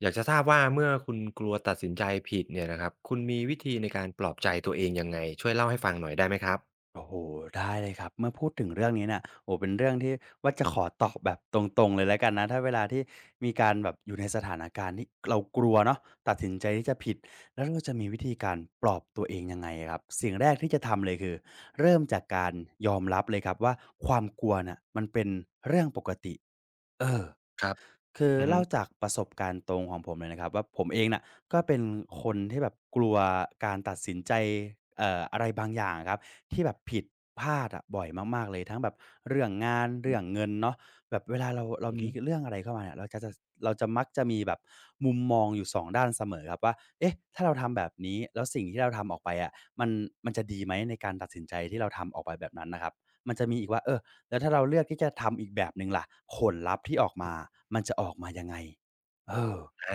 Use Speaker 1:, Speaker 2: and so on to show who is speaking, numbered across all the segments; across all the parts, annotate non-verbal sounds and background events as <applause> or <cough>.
Speaker 1: อยากจะทราบว่าเมื่อคุณกลัวตัดสินใจผิดเนี่ยนะครับคุณมีวิธีในการปลอบใจตัวเองยังไงช่วยเล่าให้ฟังหน่อยได้ไหมครับ
Speaker 2: โอ้โหได้เลยครับเมื่อพูดถึงเรื่องนี้เน่ะโอ้เป็นเรื่องที่ว่าจะขอตอบแบบตรงๆเลยแล้วกันนะถ้าเวลาที่มีการแบบอยู่ในสถานการณ์ที่เรากลัวเนาะตัดสินใจที่จะผิดแล้วเราจะมีวิธีการปลอบตัวเองยังไงอะครับสิ่งแรกที่จะทำเลยคือเริ่มจากการยอมรับเลยครับว่าความกลัวน่ะมันเป็นเรื่องปกติเออ
Speaker 1: ครับ
Speaker 2: คือ
Speaker 1: อือฮึ
Speaker 2: เล่าจากประสบการณ์ตรงของผมเลยนะครับว่าผมเองน่ะก็เป็นคนที่แบบกลัวการตัดสินใจอะไรบางอย่างอะครับที่แบบผิดพลาดอะบ่อยมากๆเลยทั้งแบบเรื่องงาน
Speaker 1: อื
Speaker 2: เรื่อ
Speaker 1: อ
Speaker 2: งเงินเนาะแบบเวลาเรา
Speaker 1: อือ
Speaker 2: มี
Speaker 1: ฮึ
Speaker 2: เรื่องอะไรเข้ามาเนี่ยเราจะเราจะมักจะมีแบบมุมมองอยู่สองด้านเสมอครับว่าเอ๊ะถ้าเราทำแบบนี้แล้วสิ่งที่เราทำออกไปอะมันมันจะดีไหมในการตัดสินใจที่เราทำออกไปแบบนั้นน่ะครับมันจะมีอีกว่าเออ แล้วถ้าเราเลือกที่จะทำอีกแบบหนึ่งล่ะผลลัพธ์ที่ออกมา มันจะออกมายังไง เออ
Speaker 1: อา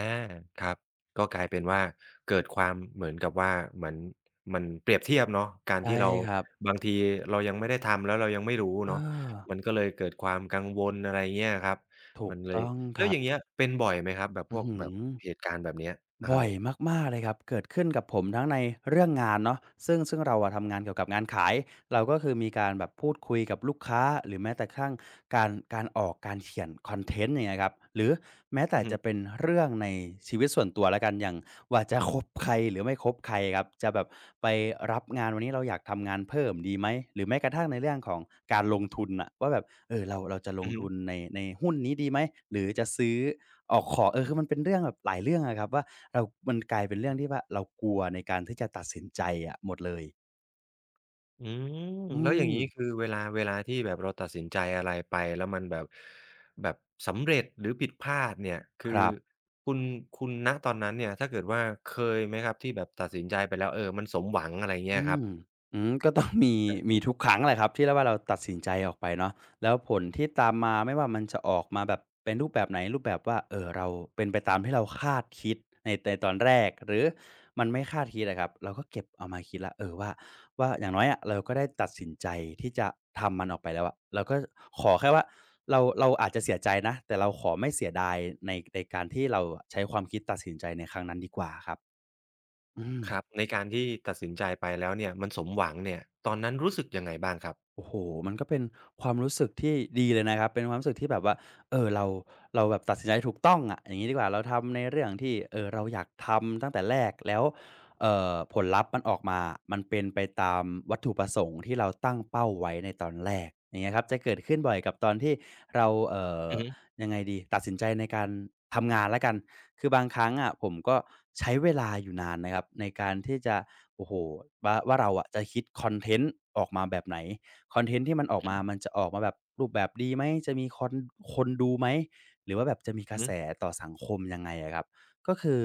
Speaker 1: ครับก็กลายเป็นว่าเกิดความเหมือนกับว่าเหมือนมันเปรียบเทียบเนาะการ
Speaker 2: ใช่
Speaker 1: ที่เรา
Speaker 2: ครับ
Speaker 1: บางทีเรายังไม่ได้ทำแล้วเรายังไม่รู้
Speaker 2: เออ
Speaker 1: เนาะมันก็เลยเกิดความกังวลอะไรเงี้ยครับ
Speaker 2: ถู
Speaker 1: มั
Speaker 2: ก
Speaker 1: นเลย
Speaker 2: ต้องค
Speaker 1: แล้ว
Speaker 2: รั
Speaker 1: อ
Speaker 2: บ
Speaker 1: ย่างเงี้ยเป็นบ่อยไหมครับแบบพ
Speaker 2: อื้อ
Speaker 1: วก
Speaker 2: ฮื
Speaker 1: แบบ
Speaker 2: อ
Speaker 1: เหตุการณ์แบบเนี้ยอะ
Speaker 2: บ่
Speaker 1: ฮะ
Speaker 2: อยมากๆเลยครับ เกิดขึ้นกับผมทั้งในเรื่องงานเนาะซึ่งเราอะทำงานเกี่ยวกับงานขายเราก็คือมีการแบบพูดคุยกับลูกค้าหรือแม้แต่กระทั่งการออกการเขียนคอนเทนต์อย่างเงี้ยครับหรือแม้แต่
Speaker 1: อือฮึ
Speaker 2: จะเป็นเรื่องในชีวิตส่วนตัวแล้วกันอย่าง ว่าจะคบใครหรือไม่คบใครครับจะแบบไปรับงานวันนี้เราอยากทำงานเพิ่มดีไหมหรือแม้กระทั่งในเรื่องของการลงทุนอะว่าแบบเออเราจะล
Speaker 1: อื
Speaker 2: ง
Speaker 1: อฮึ
Speaker 2: ทุนในหุ้นนี้ดีไหมหรือจะซื้อออกขอเออคือมันเป็นเรื่องแบบหลายเรื่องอะครับว่าเรามันกลายเป็นเรื่องที่ว่าเรากลัวในการที่จะตัดสินใจอะหมดเลย
Speaker 1: อืม
Speaker 2: อื
Speaker 1: แล้วอย่าง
Speaker 2: ม
Speaker 1: นี้คือเวลาเวลาที่แบบเราตัดสินใจอะไรไปแล้วมันแบบแบบสำเร็จหรือผิดพลาดเนี่ยคื
Speaker 2: ค
Speaker 1: อ
Speaker 2: รับ
Speaker 1: คุณคุณณตอนนั้นเนี่ยถ้าเกิดว่าเคยไหมครับที่แบบตัดสินใจไปแล้วมันสมหวังอะไรเงี้
Speaker 2: อื
Speaker 1: ยครับ
Speaker 2: มอืมก็ต้องมีมีทุกครั้งแหละครับที่แล้วว่าเราตัดสินใจออกไปเนาะแล้วผลที่ตามมาไม่ว่ามันจะออกมาแบบเป็นรูปแบบไหนรูปแบบว่าเอ่อเราเป็นไปตามที่เราคาดคิดในตอนแรกหรือมันไม่คาดคิดอะครับเราก็เก็บเอามาคิดแล้วเออว่าว่าอย่างน้อยอะเราก็ได้ตัดสินใจที่จะทำมันออกไปแล้วอะเราก็ขอแค่ว่าเราอาจจะเสียใจนะแต่เราขอไม่เสียดายในการที่เราอะใช้ความคิดตัดสินใจในครั้งนั้นดีกว่าครับอืม
Speaker 1: ครับในการที่ตัดสินใจไปแล้วเนี่ยมันสมหวังเนี่ยตอนนั้นรู้สึกยังไงบ้างครับ
Speaker 2: โอ้โหมันก็เป็นความรู้สึกที่ดีเลยนะครับเป็นความรู้สึกที่แบบว่าเออเราแบบตัดสินใจถูกต้องอะอย่างงี้ดีกว่า เราทำในเรื่องที่เราอยากทำตั้งแต่แรก แล้วผลลัพธ์มันออกมามันเป็นไปตามวัตถุประสงค์ที่เราตั้งเป้าไว้ในตอนแรกอย่างเงี้ยครับจะเกิดขึ้นบ่อยกับตอนที่เรา
Speaker 1: อือฮึ
Speaker 2: ยังไงดีตัดสินใจในการทำงานแล้วกันคือบางครั้งอะผมก็ใช้เวลาอยู่นานนะครับในการที่จะโอ้โฮว่าว่าเราอะจะคิดคอนเทนต์ออกมาแบบไหน คอนเทนต์ที่มันออกมา มันจะออกมาแบบรูปแบบดีไหม จะมีคนดูไหม หรือว่าแบบจะมีก
Speaker 1: อือ
Speaker 2: ระ
Speaker 1: ฮึ
Speaker 2: แสต่อสังคมยังไงอะครับ ก็คือ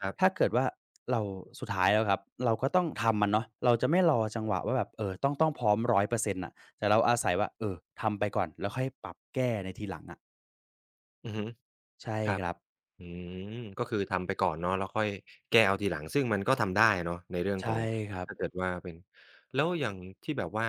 Speaker 1: ครั
Speaker 2: ถ้า
Speaker 1: บ
Speaker 2: เกิดว่าเราสุดท้ายแล้วครับเราก็ต้องทำมันเนาะเราจะไม่รอจังหวะว่าแบบเอ่อต้องพร้อม100%นต์น่ะแต่เราอาศัยว่าเออทำไปก่อนแล้วค่อยปรับแก้ในทีหลังอะ
Speaker 1: อือฮึ
Speaker 2: ใช่
Speaker 1: ครั
Speaker 2: ค
Speaker 1: บ
Speaker 2: รับ
Speaker 1: อืมก็คือทำไปก่อนเนาะแล้วค่อยแก้เอาทีหลังซึ่งมันก็ทำได้อะเนาะในเรื่องขอ
Speaker 2: ใช่
Speaker 1: ง
Speaker 2: ครับ
Speaker 1: ถ้าเกิดว่าเป็นแล้วอย่างที่แบบว่า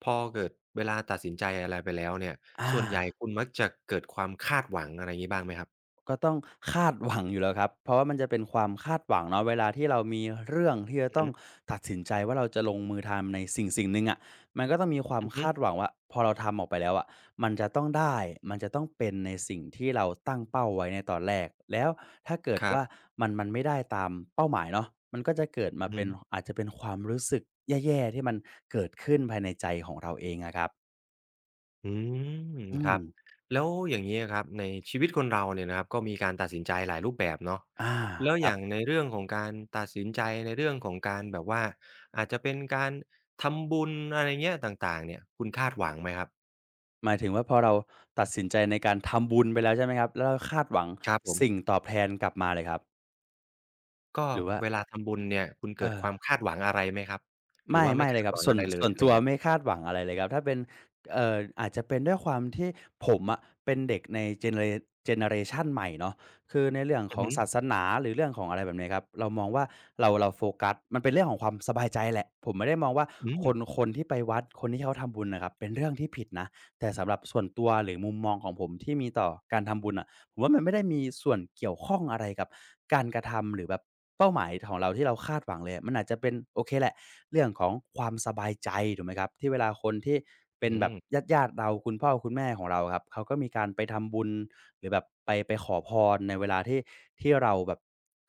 Speaker 1: พอเกิดเวลาตัดสินใจอะไรไปแล้วเนี่ย
Speaker 2: อา
Speaker 1: ส่วนใหญ่คุณมักจะเกิดความคาดหวังอะไรงี้บ้างไหมครับ
Speaker 2: ก็ต้องคาดหวังอยู่แล้วครับเพราะว่ามันจะเป็นความคาดหวังเนาะเวลาที่เรามีเรื่องที่จะ
Speaker 1: อือ
Speaker 2: ต้อ
Speaker 1: ฮึ
Speaker 2: งตัดสินใจว่าเราจะลงมือทำในสิ่งๆหนึ่งอะะมันก็ต้องมีความ
Speaker 1: อือฮึ
Speaker 2: คาดหวังว่าพอเราทำออกไปแล้วอะะมันจะต้องได้มันจะต้องเป็นในสิ่งที่เราตั้งเป้าไว้ในตอนแรกแล้วถ้าเกิด
Speaker 1: ครั
Speaker 2: ว่า
Speaker 1: บ
Speaker 2: มันไม่ได้ตามเป้าหมายเนาะมันก็จะเกิดมา
Speaker 1: อือฮึ
Speaker 2: เป็นอาจจะเป็นความรู้สึกแย่ๆที่มันเกิดขึ้นภายในใจของเราเองอะครับ
Speaker 1: อืม
Speaker 2: อื
Speaker 1: ค
Speaker 2: ม
Speaker 1: รับแล้วอย่างนี้ครับในชีวิตคนเราเนี่ยนะครับก็มีการตัดสินใจหลายรูปแบบเนาะ
Speaker 2: อา
Speaker 1: แล้ว
Speaker 2: ค
Speaker 1: อ
Speaker 2: รับ
Speaker 1: ย่างในเรื่องของการตัดสินใจในเรื่องของการแบบว่าอาจจะเป็นการทำบุญอะไรเงี้ยต่างๆเนี่ยคุณคาดหวังไหมครับ
Speaker 2: หมายถึงว่าพอเราตัดสินใจในการทำบุญไปแล้วใช่ไหมครับแล้วเราคาดหวัง
Speaker 1: ครับผม
Speaker 2: สิ่งตอบแทนกลับมาเลยครับ
Speaker 1: ก็
Speaker 2: หรือว่า
Speaker 1: เวลาทำบุญเนี่ยคุณเกิ
Speaker 2: เอ่
Speaker 1: ดค
Speaker 2: อ
Speaker 1: วามคาดหวังอะไรไหมครับหรือ
Speaker 2: ไม่
Speaker 1: ว่าไม่
Speaker 2: ไม่เล
Speaker 1: คา
Speaker 2: ย
Speaker 1: ด
Speaker 2: ครั
Speaker 1: ห
Speaker 2: บ
Speaker 1: วัง
Speaker 2: ส่ว
Speaker 1: อะ
Speaker 2: น
Speaker 1: ไรเลย
Speaker 2: ส่วน
Speaker 1: อะไร
Speaker 2: ตัว
Speaker 1: เงี้ย
Speaker 2: ไม่คาดหวังอะไรเลยครับถ้าเป็นอาจจะเป็นด้วยความที่ผมอะเป็นเด็กในเจเนเรชันใหม่เนาะคือในเรื่อง
Speaker 1: อื
Speaker 2: ข
Speaker 1: อ
Speaker 2: อง
Speaker 1: ฮึ
Speaker 2: ศาสนาหรือเรื่องของอะไรแบบเนี้ยครับเรามองว่าเราโฟกัสมันเป็นเรื่องของความสบายใจแหละผมไม่ได้มองว่า
Speaker 1: อื
Speaker 2: ค
Speaker 1: ม
Speaker 2: นคนที่ไปวัดคนที่เขาทำบุญน่ะครับเป็นเรื่องที่ผิดนะแต่สำหรับส่วนตัวหรือมุมมองของผมที่มีต่อการทำบุญอะ ผมว่ามันไม่ได้มีส่วนเกี่ยวข้องอะไรกับการกระทำหรือแบบเป้าหมายของเราที่เราคาดหวังเลยมันอาจจะเป็นโอเคแหละเรื่องของความสบายใจถูกไหมครับที่เวลาคนที่
Speaker 1: อื
Speaker 2: เป็นแบบ
Speaker 1: ม
Speaker 2: ญาติๆเราคุณพ่อคุณแม่ของเราครับเขาก็มีการไปทำบุญหรือแบบไปขอพรในเวลาที่ที่เราแบบ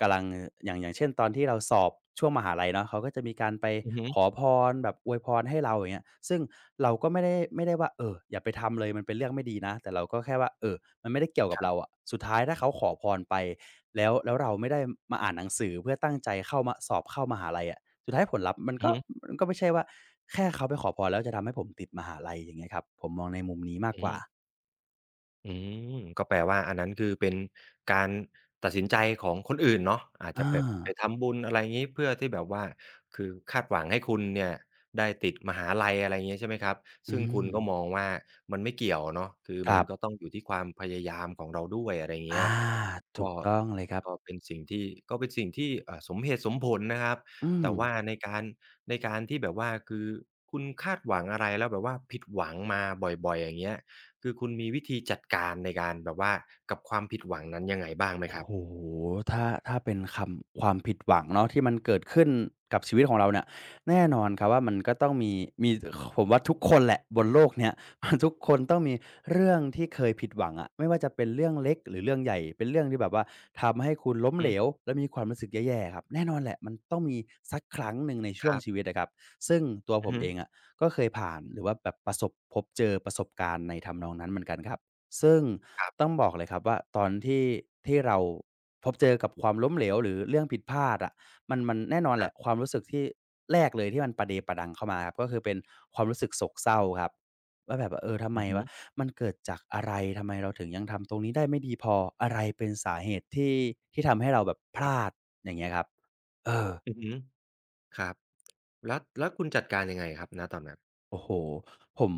Speaker 2: กำลังออย่างเช่นตอนที่เราสอบช่วงมหาลัยเนาะเขาก็จะมีการไป
Speaker 1: อือฮึ
Speaker 2: ขอพรแบบอวยพรให้เราอย่างเงี้ยซึ่งเราก็ไม่ได้ว่าเอออย่าไปทำเลยมันเป็นเรื่องไม่ดีนะแต่เราก็แค่ว่าเออ มันไม่ได้เกี่ยวกับ
Speaker 1: ครั
Speaker 2: เราอะ
Speaker 1: บ
Speaker 2: สุดท้ายถ้าเขาขอพรไปแล้วเราไม่ได้มาอ่านหนังสือเพื่อตั้งใจเข้ามาสอบเข้ามหาลัยอะสุดท้ายผลลัพธ์มัน
Speaker 1: อือ
Speaker 2: ก็
Speaker 1: ฮึ
Speaker 2: มันก็ไม่ใช่ว่าแค่เขาไปขอพรแล้วจะทำให้ผมติดมหาลัยอย่างเงี้ยครับผมมองในมุมนี้มากกว่า
Speaker 1: อืม อืมก็แปลว่าอันนั้นคือเป็นการตัดสินใจของคนอื่นเนาะอาจจะ
Speaker 2: อา
Speaker 1: แบบไปทำบุญอะไรงี้เพื่อที่แบบว่าคือคาดหวังให้คุณเนี่ยได้ติดมหาลัยอะไรอย่างเงี้ยใช่ไหมครับ
Speaker 2: อื
Speaker 1: ซึ่งคุณก็มอ
Speaker 2: ม
Speaker 1: งว่ามันไม่เกี่ยวเนาะคือ
Speaker 2: ค
Speaker 1: มัน
Speaker 2: รั
Speaker 1: ก็ต้
Speaker 2: บ
Speaker 1: องอยู่ที่ความพยายามของเราด้วยอะไรเงี้ย
Speaker 2: อา
Speaker 1: ก็
Speaker 2: ถูกต้องเลยครับ
Speaker 1: เป็นสิ่งที่อ่าสมเหตุสมผลนะครับ
Speaker 2: อืม
Speaker 1: แต่ว่าในการที่แบบว่าคือคุณคาดหวังอะไรแล้วแบบว่าผิดหวังมาบ่อยๆอย่างเงี้ยคือคุณมีวิธีจัดการในการแบบว่ากับความผิดหวังนั้นยังไงบ้างไหมค
Speaker 2: โอ้
Speaker 1: รับ
Speaker 2: โหถ้าเป็นคำความผิดหวังเนาะที่มันเกิดขึ้นกับชีวิตของเราเนี่ยแน่นอนครับว่ามันก็ต้องมีผมว่าทุกคนแหละบนโลกเนี้ย <laughs> ทุกคนต้องมีเรื่องที่เคยผิดหวังอะไม่ว่าจะเป็นเรื่องเล็กหรือเรื่องใหญ่เป็นเรื่องที่แบบว่าทำให้คุณล้
Speaker 1: อื
Speaker 2: ม
Speaker 1: อ
Speaker 2: เห
Speaker 1: ฮึ
Speaker 2: ลวและมีความรู้สึกแย่ๆครับแน่นอนแหละมันต้องมีสักครั้งหนึ่งใน
Speaker 1: ค
Speaker 2: ช่วง
Speaker 1: รับ
Speaker 2: ชีวิตนะครับซึ่งตัว
Speaker 1: อื
Speaker 2: ผ
Speaker 1: อ
Speaker 2: ม
Speaker 1: ฮึ
Speaker 2: เองอะก็เคยผ่านหรือว่าแบบประสบพบเจอประสบการณ์ในทำนองนั้นเหมือนกันครับ ซึ่ง
Speaker 1: ครั
Speaker 2: ต้อ
Speaker 1: บ
Speaker 2: งบอกเลยครับว่าตอนที่ที่เราพบเจอกับความล้มเหลวหรือเรื่องผิดพลาดอะมันแน่นอนแห
Speaker 1: ๆ
Speaker 2: ละความรู้สึกที่แรกเลยที่มันปะเดปะดังเข้ามาครับก็คือเป็นความรู้สึกโศกเศร้าครับว่าแบบว่าเออทำ
Speaker 1: อื
Speaker 2: ไม
Speaker 1: อฮึ
Speaker 2: วะมันเกิดจากอะไรทำไมเราถึงยังทำตรงนี้ได้ไม่ดีพออะไรเป็นสาเหตุที่ทำให้เราแบบพ
Speaker 1: ครั
Speaker 2: ลา
Speaker 1: บ
Speaker 2: ดอย่างเงี้ยครับเออ
Speaker 1: อือฮึครับแล้วคุณจัดการยังไงครับณตอนนั้น
Speaker 2: โอ้โฮผม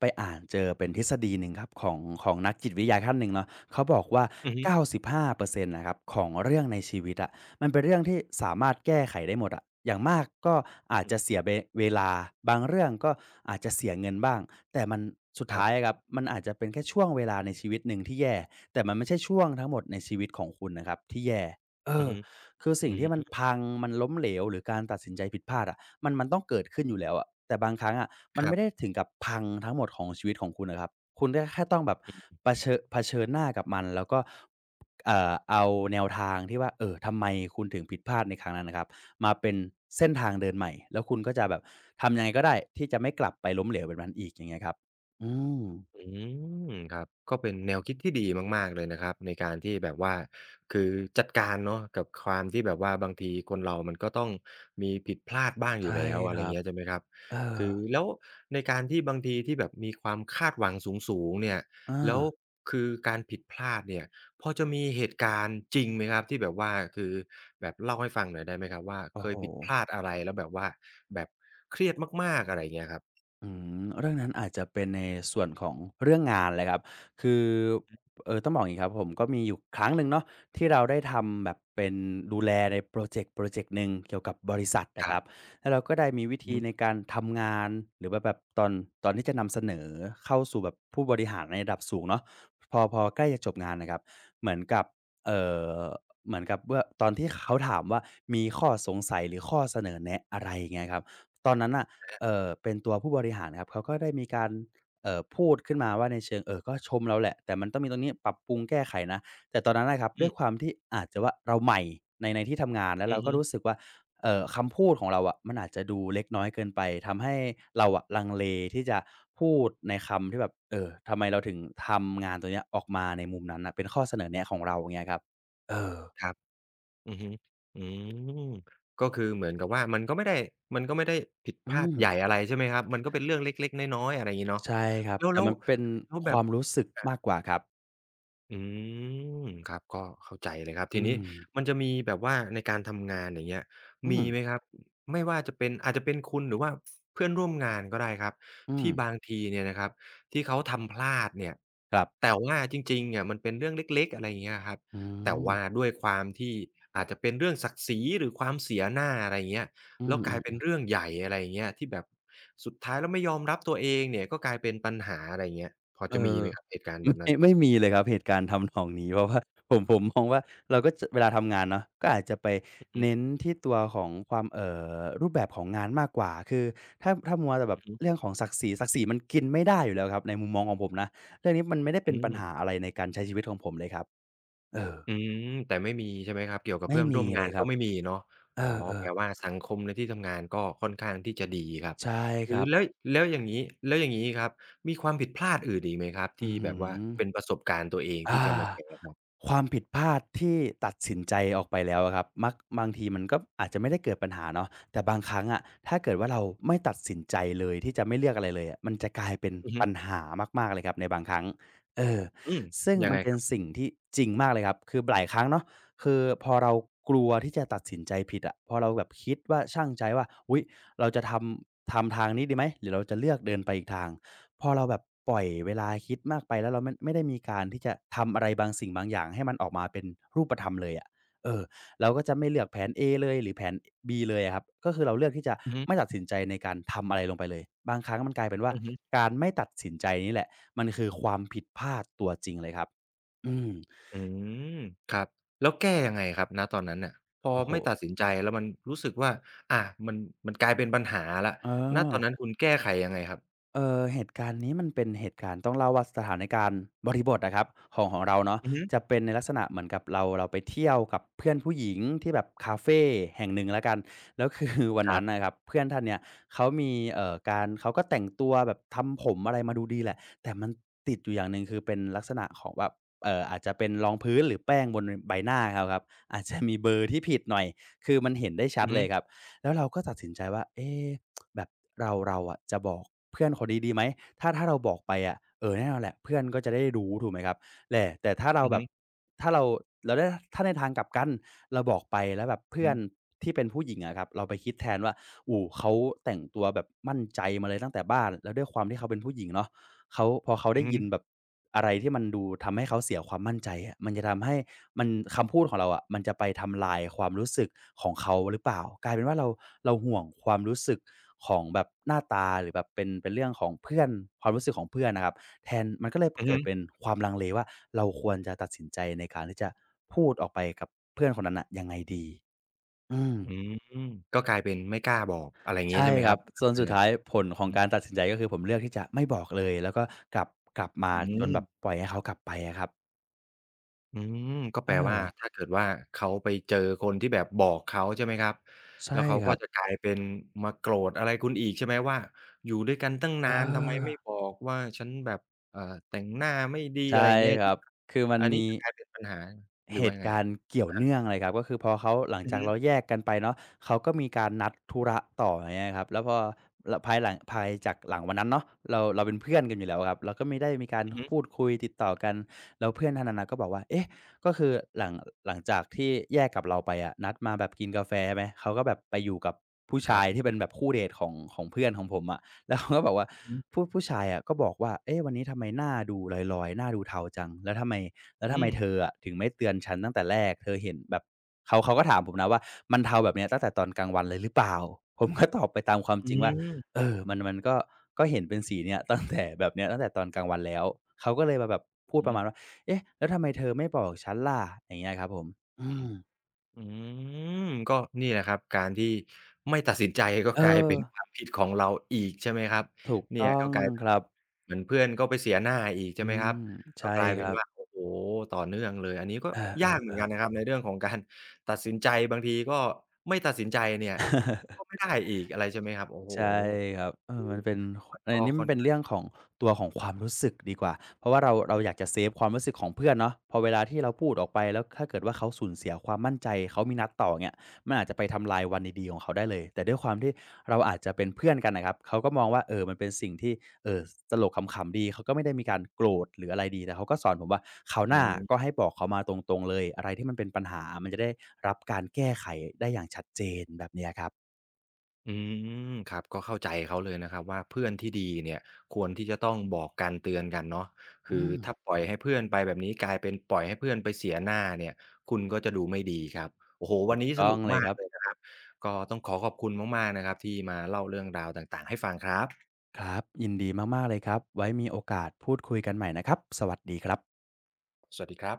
Speaker 2: ไปอ่านเจอเป็นทฤษฎีหนึ่งครับของนักจิตวิทยาท่านหนึ่งเนาะเขาบอกว่า
Speaker 1: อือฮึ
Speaker 2: 95%นต์น่ะครับของเรื่องในชีวิตอะมันเป็นเรื่องที่สามารถแก้ไขได้หมดอะอย่างมากก็อาจ
Speaker 1: อื
Speaker 2: จะ
Speaker 1: ม
Speaker 2: เสียเวลาบางเรื่องก็อาจจะเสียเงินบ้าง แต่มันสุด
Speaker 1: ครั
Speaker 2: ท้าย
Speaker 1: บ
Speaker 2: อะครับมันอาจจะเป็นแค่ช่วงเวลาในชีวิตหนึ่งที่แย่แต่มันไม่ใช่ช่วงทั้งหมดในชีวิตของคุณนะครับที่แย่เอ
Speaker 1: อือ
Speaker 2: อ
Speaker 1: ฮึ
Speaker 2: คือสิ่
Speaker 1: อื
Speaker 2: งที่มัน
Speaker 1: ม
Speaker 2: พังมันล้มเหลวหรือการตัดสินใจผิดพลาดอะมันต้องเกิดขึ้นอยู่แล้วอะแต่บางครั้งอะมั
Speaker 1: ค
Speaker 2: น
Speaker 1: รั
Speaker 2: ไม่ได้
Speaker 1: บ
Speaker 2: ถึงกับพังทั้งหมดของชีวิตของคุณอะครับคุณก็แค่ต้องแบบเผชิญหน้ากับมันแล้วก็เอาแนวทางที่ว่าเอ่อทำไมคุณถึงผิดพลาดในครั้งนั้นนะครับมาเป็นเส้นทางเดินใหม่แล้วคุณก็จะแบบทำยังไงก็ได้ที่จะไม่กลับไปล้มเหลวแบบนั้นอีกอย่างเงี้ยครับอืม
Speaker 1: อืมครับก็เป็นแนวคิดที่ดีมากๆเลยนะครับในการที่แบบว่าคือจัดการเนาะกับความที่แบบว่าบางทีคนเรามันก็ต้องมีผิดพลาดบ้างอยู่
Speaker 2: ใช่
Speaker 1: แล้วอะ
Speaker 2: ค
Speaker 1: ไร
Speaker 2: รับ
Speaker 1: เงี้ยใช่ไหมครับ
Speaker 2: เออ
Speaker 1: คือแล้วในการที่บางทีที่แบบมีความคาดหวังสูงๆเนี่ย
Speaker 2: อา
Speaker 1: แล้วคือการผิดพลาดเนี่ยพอจะมีเหตุการณ์จริงไหมครับที่แบบว่าคือแบบเล่าให้ฟังหน่อยได้ไหมครับว่า
Speaker 2: โอ้
Speaker 1: เค
Speaker 2: โฮ
Speaker 1: ยผิดพลาดอะไรแล้วแบบว่าแบบเครียดมากๆอะไรเงี้ยครับ
Speaker 2: อืมเรื่องนั้นอาจจะเป็นในส่วนของเรื่องงานเลยครับคือเออต้องบอกอย่างงี้ครับผมก็มีอยู่ครั้งหนึ่งเนาะที่เราได้ทำแบบเป็นดูแลในพรอเจกต์หนึ่งเกี่ยวกับบริษัท
Speaker 1: ค
Speaker 2: นะค
Speaker 1: รั
Speaker 2: รับ
Speaker 1: บ
Speaker 2: แล้วเราก็ได้มีวิ
Speaker 1: อือ
Speaker 2: ธี
Speaker 1: ฮึ
Speaker 2: ในการทำงานหรือว่าแบบตอนที่จะนำเสนอเข้าสู่แบบผู้บริหารในระดับสูงเนาะพอใกล้จะจบงานนะครับเหมือนกับเอ่อเหมือนกับเมื่อตอนที่เขาถามว่ามีข้อสงสัยหรือข้อเสนอแนะอะไรอย่างเงี้ยครับตอนนั้นน่ะ เป็นตัวผู้บริหารครับเขาก็ได้มีการพูดขึ้นมาว่าในเชิงก็ชมเราแหละแต่มันต้องมีตรงนี้ปรับปรุงแก้ไขนะแต่ตอนนั้นน่ะครับ
Speaker 1: อื
Speaker 2: ด้วยควา
Speaker 1: ม
Speaker 2: มที่อาจจะว่าเราใหม่ในที่ทำงานแล้ว
Speaker 1: อื
Speaker 2: เรา
Speaker 1: อ
Speaker 2: ก็
Speaker 1: ฮึ
Speaker 2: รู้สึกว่าคำพูดของเราอะมันอาจจะดูเล็กน้อยเกินไปทำให้เราอะลังเลที่จะพูดในคำที่แบบทำไมเราถึงทำงานตัวเนี้ยออกมาในมุมนั้นน่ะเป็นข้อเสนอแนะของเราอย่างเงี้ยครับเออ
Speaker 1: ครับ อือฮึอืมก็คือเหมือนกับว่ามันก็ไม่ได้ผิดพ
Speaker 2: อื
Speaker 1: ลาด
Speaker 2: ม
Speaker 1: ใหญ่อะไรใช่ไหมครับ มันก็เป็นเรื่องเล็กๆ น้อยๆอะไรงี้เนาะ
Speaker 2: ใช่ครับ
Speaker 1: แล้ว
Speaker 2: แต่
Speaker 1: แล้ว
Speaker 2: มันเป็น
Speaker 1: แล้ว
Speaker 2: ค
Speaker 1: แบบ
Speaker 2: วามรู้สึก
Speaker 1: อา
Speaker 2: มากกว่าครับ
Speaker 1: อืมครับก็เข้าใจเลยครับ
Speaker 2: อื
Speaker 1: ทีนี้
Speaker 2: ม
Speaker 1: มันจะมีแบบว่าในการทำงานอย่างเงี้ย
Speaker 2: อื
Speaker 1: มี
Speaker 2: ม
Speaker 1: ไหมครับไม่ว่าจะเป็นอาจจะเป็นคุณหรือว่าเพื่อนร่วมงานก็ได้ครับ
Speaker 2: อืม
Speaker 1: ที่บางทีเนี่ยนะครับที่เขาทำพลาดเนี่ย
Speaker 2: ครับ
Speaker 1: แต่ว่าจริงๆเนี่ยมันเป็นเรื่องเล็กๆอะไรอย่างเงี้ยครับ
Speaker 2: อื
Speaker 1: แต่
Speaker 2: ม
Speaker 1: ว่าด้วยความที่อาจจะเป็นเรื่องศักดิ์ศรีหรือความเสียหน้าอะไรอย่างเงี้ย
Speaker 2: อื
Speaker 1: แล้วกลายเป็น
Speaker 2: ม
Speaker 1: เรื่องใหญ่อะไรอย่างเงี้ยที่แบบสุดท้ายแล้วไม่ยอมรับตัวเองเนี่ยก็กลายเป็นปัญหาอะไรอย่างเงี้ยพอ
Speaker 2: ๆเอ
Speaker 1: จะมี
Speaker 2: อ
Speaker 1: ไหมครับเหตุการณ์
Speaker 2: <laughs>
Speaker 1: แบบนั้
Speaker 2: ไม่
Speaker 1: น
Speaker 2: ไม่มีเลยครับ เหตุการณ์ทำนองนี้ เพราะว่า <laughs> ผมมองว่าเราก็จะเวลาทำงานเนาะก็อาจจะไป
Speaker 1: อือฮึ
Speaker 2: เน้นที่ตัวของความรูปแบบของงานมากกว่าคือถ้ามัวแต่แบบเรื่องของศักดิ์ศรีมันกินไม่ได้อยู่แล้วครับ ในมุมมองของผมนะ เรื่องนี้มันไม่ได้เป็
Speaker 1: อื
Speaker 2: นปัญ
Speaker 1: ม
Speaker 2: หาอะไรในการใช้ชีวิตของผมเลยครับ เออ
Speaker 1: อืมแต่ไม่มีใช่ไหมครับเกี่ยวกับ
Speaker 2: ไม่
Speaker 1: เพื่อนร่
Speaker 2: มี
Speaker 1: วมงา
Speaker 2: เล
Speaker 1: น
Speaker 2: ยค
Speaker 1: ก็
Speaker 2: รับ
Speaker 1: ไม่มีเนาะ
Speaker 2: เอ
Speaker 1: อ๋อแป
Speaker 2: อ
Speaker 1: ลว่าสังคมในที่ทำงานก็ค่อนข้างที่จะดีครับ
Speaker 2: ๆใช่
Speaker 1: เอ
Speaker 2: ค
Speaker 1: อ
Speaker 2: รับ
Speaker 1: แล้วแล้วอย่างงี้แล้วอย่างงี้ครับมีความผิดพลาดอื่นอีกไหมครับที่
Speaker 2: อื้อ
Speaker 1: แบ
Speaker 2: ฮื
Speaker 1: บว่า
Speaker 2: อ
Speaker 1: เป็นประสบการณ์ตัวเองที่
Speaker 2: อา
Speaker 1: จะมาแชร์ครับ
Speaker 2: ความผิดพลาดที่ตัดสินใจออกไปแล้วอะครับมักบางทีมันก็อาจจะไม่ได้เกิดปัญหาเนาะแต่บางครั้งอะถ้าเกิดว่าเราไม่ตัดสินใจเลยที่จะไม่เลือกอะไรเลยอะมันจะกลายเป็น
Speaker 1: อือฮึ
Speaker 2: ปัญหามากๆเลยครับในบางครั้งเออ
Speaker 1: อืม
Speaker 2: ซึ่ง
Speaker 1: ยัง
Speaker 2: มั
Speaker 1: ไง
Speaker 2: นเป็
Speaker 1: ค
Speaker 2: น
Speaker 1: รับ
Speaker 2: สิ่งที่จริงมากเลยครับคือหลายครั้งเนาะคือพอเรากลัวที่จะตัดสินใจผิดอะพอเราแบบคิดว่าชั่งใจว่าอุ๊ยเราจะทำทางนี้ดีไหมหรือเราจะเลือกเดินไปอีกทาง พอเราแบบปล่อยเวลาคิดมากไปแล้วเราไม่ได้มีการที่จะทำอะไรบางสิ่งบางอย่างให้มันออกมาเป็นรูปธรรมเลยอะเออเราก็จะไม่เลือกแผน A เลยหรือแผน B เลยอะครับก็คือเราเลือกที่จะ
Speaker 1: อือฮึ
Speaker 2: ไม่ตัดสินใจในการทำอะไรลงไปเลยบางครั้งมันกลายเป็นว่า
Speaker 1: อือฮึ
Speaker 2: การไม่ตัดสินใจนี่แหละมันคือความผิดพลาดตัวจริงเลยครับอืม
Speaker 1: อืมครับแล้วแก้ยังไงครับณตอนนั้นน่ะพอ
Speaker 2: โอ้โฮ
Speaker 1: ไม่ตัดสินใจแล้วมันรู้สึกว่าอามันมันกลายเป็นปัญหาแล้ว
Speaker 2: เอ
Speaker 1: ณตอน
Speaker 2: อ
Speaker 1: นั้นคุณแก้ไขยังไงครับ
Speaker 2: เหตุการณ์นี้มันเป็นเหตุการณ์ต้องเล่าว่าสถานการณ์บริบทอะครับของของเราเนาะ
Speaker 1: อือฮึ
Speaker 2: จะเป็นในลักษณะเหมือนกับเราไปเที่ยวกับเพื่อนผู้หญิงที่แบบคาเฟแห่งหนึ่งแล้วกันแล้วคือวัน
Speaker 1: ครั
Speaker 2: นั้น
Speaker 1: บ
Speaker 2: น่ะครับเพื่อนท่านเนี่ยเขามีการเขาก็แต่งตัวแบบทำผมอะไรมาดูดีแหละแต่มันติดอยู่อย่างหนึ่งคือเป็นลักษณะของแบบอาจจะเป็นรองพื้นหรือแป้งบนนใบหน้าเขาครับอาจจะมีเบลอที่ผิดหน่อยคือมันเห็นได้ชั
Speaker 1: อื
Speaker 2: ด
Speaker 1: อฮึ
Speaker 2: เลยครับแล้วเราก็ตัดสินใจว่าเอ๊ แบบเราอะจะบอกเพื่อนคนนี้ดีไหมถ้าเราบอกไปอะเออแน่นอนแหละเพื่อนก็จะได้รู้ถูกไหมครับแหละแต่
Speaker 1: อือฮึ
Speaker 2: ถ้าเราแราได้ถ้าในทางกลับกันเราบอกไปแล้วแบบ
Speaker 1: อือ
Speaker 2: เพื่อ
Speaker 1: ฮึ
Speaker 2: นที่เป็นผู้หญิงอะครับเราไปคิดแทนว่าอู๋เขาแต่งตัวแบบมั่นใจมาเลยตั้งแต่บ้านแล้วด้วยความที่เขาเป็นผู้หญิงเนาะ เขาพอเขา
Speaker 1: อื
Speaker 2: ได้
Speaker 1: อฮึ
Speaker 2: ยินแบบอะไรที่มันดูทำให้เขาเสียความมั่นใจอะมันจะทำให้มันคำพูดของเราอะมันจะไปทำลายความรู้สึกของเขาหรือเปล่ากลายเป็นว่าเราห่วงความรู้สึกของแบบหน้าตาหรือแบบเป็นเรื่องของเพื่อนความรู้สึกของเพื่อนนะครับแทนมันก็เลย
Speaker 1: อือ
Speaker 2: เกิดเป็น
Speaker 1: ฮึ
Speaker 2: ความลังเลว่าเราควรจะตัดสินใจในการที่จะพูดออกไปกับเพื่อนคนนั้นน่ะยังไงดีอืม
Speaker 1: อืมก็กลายเป็นไม่กล้าบอกอะไรอย่างงี้
Speaker 2: ใช่
Speaker 1: ใช่ไหม
Speaker 2: ค
Speaker 1: ค
Speaker 2: รั
Speaker 1: รั
Speaker 2: บ
Speaker 1: บหรื
Speaker 2: จ
Speaker 1: อ
Speaker 2: น
Speaker 1: ว่า
Speaker 2: สุ
Speaker 1: ยัง
Speaker 2: ด
Speaker 1: ไง
Speaker 2: ท้ายผลขอ
Speaker 1: อื
Speaker 2: ง
Speaker 1: ม
Speaker 2: การตัดสินใจก็คือผมเลือกที่จะไม่บอกเลยแล้วก็กลับกลับมา
Speaker 1: อื
Speaker 2: จนแบบ
Speaker 1: ม
Speaker 2: ปล่อยให้เขากลับไปอะครับ
Speaker 1: อืมก็
Speaker 2: เอ
Speaker 1: แปลว่า
Speaker 2: อ
Speaker 1: ถ้าเกิดว่าเขาไปเจอคนที่แบบบอกเขาใช่ไหมครับแล้
Speaker 2: ใช่
Speaker 1: วเขา
Speaker 2: ค
Speaker 1: ก็
Speaker 2: รับ
Speaker 1: จะกลายเป็นมาโกรธอะไรคุณอีกใช่ไหมว่าอยู่ด้วยกันตั้ง
Speaker 2: เ
Speaker 1: นานทำไมไม่
Speaker 2: ออ
Speaker 1: บอกว่าฉันแบบเอ่อแต่งหน้าไม่ดีอะไร
Speaker 2: ใช่
Speaker 1: อย่างเงี้ย
Speaker 2: ค
Speaker 1: ใช่
Speaker 2: รั
Speaker 1: ไห
Speaker 2: บ
Speaker 1: มครับ
Speaker 2: คือมัน
Speaker 1: อันนี้
Speaker 2: มี
Speaker 1: จะกลายเป็นปัญหาหรือ
Speaker 2: เห
Speaker 1: ว่ายั
Speaker 2: ตุ
Speaker 1: งไงค
Speaker 2: กา
Speaker 1: รั
Speaker 2: ร
Speaker 1: บ
Speaker 2: ณ์เกี่ยว
Speaker 1: อะ
Speaker 2: เนื่อง
Speaker 1: ฮะ
Speaker 2: เลยครับก็คือพอเขาหลัง
Speaker 1: อือ
Speaker 2: จากเรา
Speaker 1: ฮึ
Speaker 2: แยกกันไปเนาะเขาก็มีการนัดธุระต่ออย่างเงี้ยครับแล้วพอภายหลังภายจากหลังวันนั้นเนาะเราเป็นเพื่อนกันอยู่แล้วครับเราก็ไม่ได้มีการ
Speaker 1: อือฮึ
Speaker 2: พูดคุยติดต่อกันแล้วเพื่อนท่านนั้นน่ะก็บอกว่าเอ๊ะก็คือหลังหลังจากที่แยกกับเราไปอะนัดมาแบบกินกาแฟใช่ไหมเขาก็แบบไปอยู่กับผู้
Speaker 1: ครั
Speaker 2: ชาย
Speaker 1: บ
Speaker 2: ที่เป็นแบบคู่เดทของของเพื่อนของผมอะแล้วเขาก็บอกว่า
Speaker 1: อือฮึ
Speaker 2: ผู้ชายอะก็บอกว่าเอ๊ะวันนี้ทำไมหน้าดูลอยๆหน้าดูเทาจังแล้วทำไม
Speaker 1: อืม
Speaker 2: เธออะถึงไม่เตือนฉันตั้งแต่แรกเธอเห็นแบบเขาก็ถามผมนะว่ามันเทาแบบเนี้ยตั้งแต่ตอนกลางวันเลยหรือเปล่า <laughs> ผมก็ตอบไปตามความ
Speaker 1: อื
Speaker 2: จริงว่า
Speaker 1: ม
Speaker 2: เออมันก็เห็นเป็นสีเนี้ย <laughs> ตั้งแต่แบบเนี้ยตั้งแต่ตอนกลางวันแล้วเขาก็เลยมาแบบพูดป
Speaker 1: อื
Speaker 2: ระ
Speaker 1: อ
Speaker 2: มาณว่าเอ๊ะแล้วทำไมเธอไม่บอกฉันล่ะอย่างเงี้ยครับผมอื
Speaker 1: ฮึ
Speaker 2: ม
Speaker 1: อืมก็นี่แหละครับการที่ไม่ตัดสินใจ <laughs> ก็
Speaker 2: เอ
Speaker 1: กลาย
Speaker 2: อ
Speaker 1: เป็น <laughs> ความผิดของเราอีกใช่ไหมครับ
Speaker 2: ถูก
Speaker 1: เนี่ย
Speaker 2: ต้อง
Speaker 1: ก็กลายเป็
Speaker 2: ค
Speaker 1: น
Speaker 2: รับ
Speaker 1: เหมือนเพื่อนก็ไปเสียหน้าอีกใช่
Speaker 2: อื
Speaker 1: ไหมครับ
Speaker 2: ม
Speaker 1: ก็
Speaker 2: ใช่
Speaker 1: กลาย
Speaker 2: ค
Speaker 1: เป็น
Speaker 2: รับ
Speaker 1: ว่าโอ้โหต่อเนื่องเลยอันนี้ก็ยากเห
Speaker 2: เอ
Speaker 1: มื
Speaker 2: อ
Speaker 1: อนกันนะครับในเรื่องของการตัดสินใจบางทีก็ไม่ตัดสินใจเนี่ย
Speaker 2: ๆ
Speaker 1: ก็ไม่ได้อีกอะไรใช่ไหมครับโอ้โฮ
Speaker 2: ใช่ครับเออมันเป็น
Speaker 1: มัน
Speaker 2: อั
Speaker 1: ก็
Speaker 2: นนี้มั
Speaker 1: ค่
Speaker 2: น
Speaker 1: อน
Speaker 2: เป็น
Speaker 1: ข้าง
Speaker 2: เรื่องของตัวของความรู้สึกดีกว่าเพราะว่าเราเราอยากจะเซฟความรู้สึกของเพื่อนเนาะพอเวลาที่เราพูดออกไปแล้วถ้าเกิดว่าเขาสูญเสียความมั่นใจเขามีนัดต่อเงี้ยมันอาจจะไปทำลายวันดีๆของเขาได้เลยแต่ด้วยความที่เราอาจจะเป็นเพื่อนกันน่ะครับเขาก็มองว่าเออมันเป็นสิ่งที่เอ่อตลกขำๆดีเขาก็ไม่ได้มีการโกรธหรืออะไรดีแต่เขาก็สอนผมว่าคราวห
Speaker 1: อื
Speaker 2: น้าก็
Speaker 1: ม
Speaker 2: ให้บอกเขามาตรงๆเลยอะไรที่มันเป็นปัญหามันจะได้รับการแก้ไขได้อย่างชัดเจนแบบเนี้ยครับ
Speaker 1: อืมครับก็เข้าใจเขาเลยนะครับว่าเพื่อนที่ดีเนี่ยควรที่จะต้องบอกกันเตือนกันเนาะคื
Speaker 2: อื
Speaker 1: อ
Speaker 2: ม
Speaker 1: ถ้าปล่อยให้เพื่อนไปแบบนี้กลายเป็นปล่อยให้เพื่อนไปเสียหน้าเนี่ยคุณก็จะดูไม่ดีครับโอ้โหวั
Speaker 2: ถู
Speaker 1: น
Speaker 2: ก
Speaker 1: นี้ส
Speaker 2: ต้อง
Speaker 1: นุก
Speaker 2: เลย
Speaker 1: มา
Speaker 2: ค
Speaker 1: ก
Speaker 2: รับ
Speaker 1: เลยนะครับก็ต้องขอขอบคุณมากๆนะครับที่มาเล่าเรื่องราวต่างๆให้ฟังครับ
Speaker 2: ครับยินดีมากๆเลยครับไว้มีโอกาสพูดคุยกันใหม่นะครับสวัสดีครับ
Speaker 1: สวัสดีครับ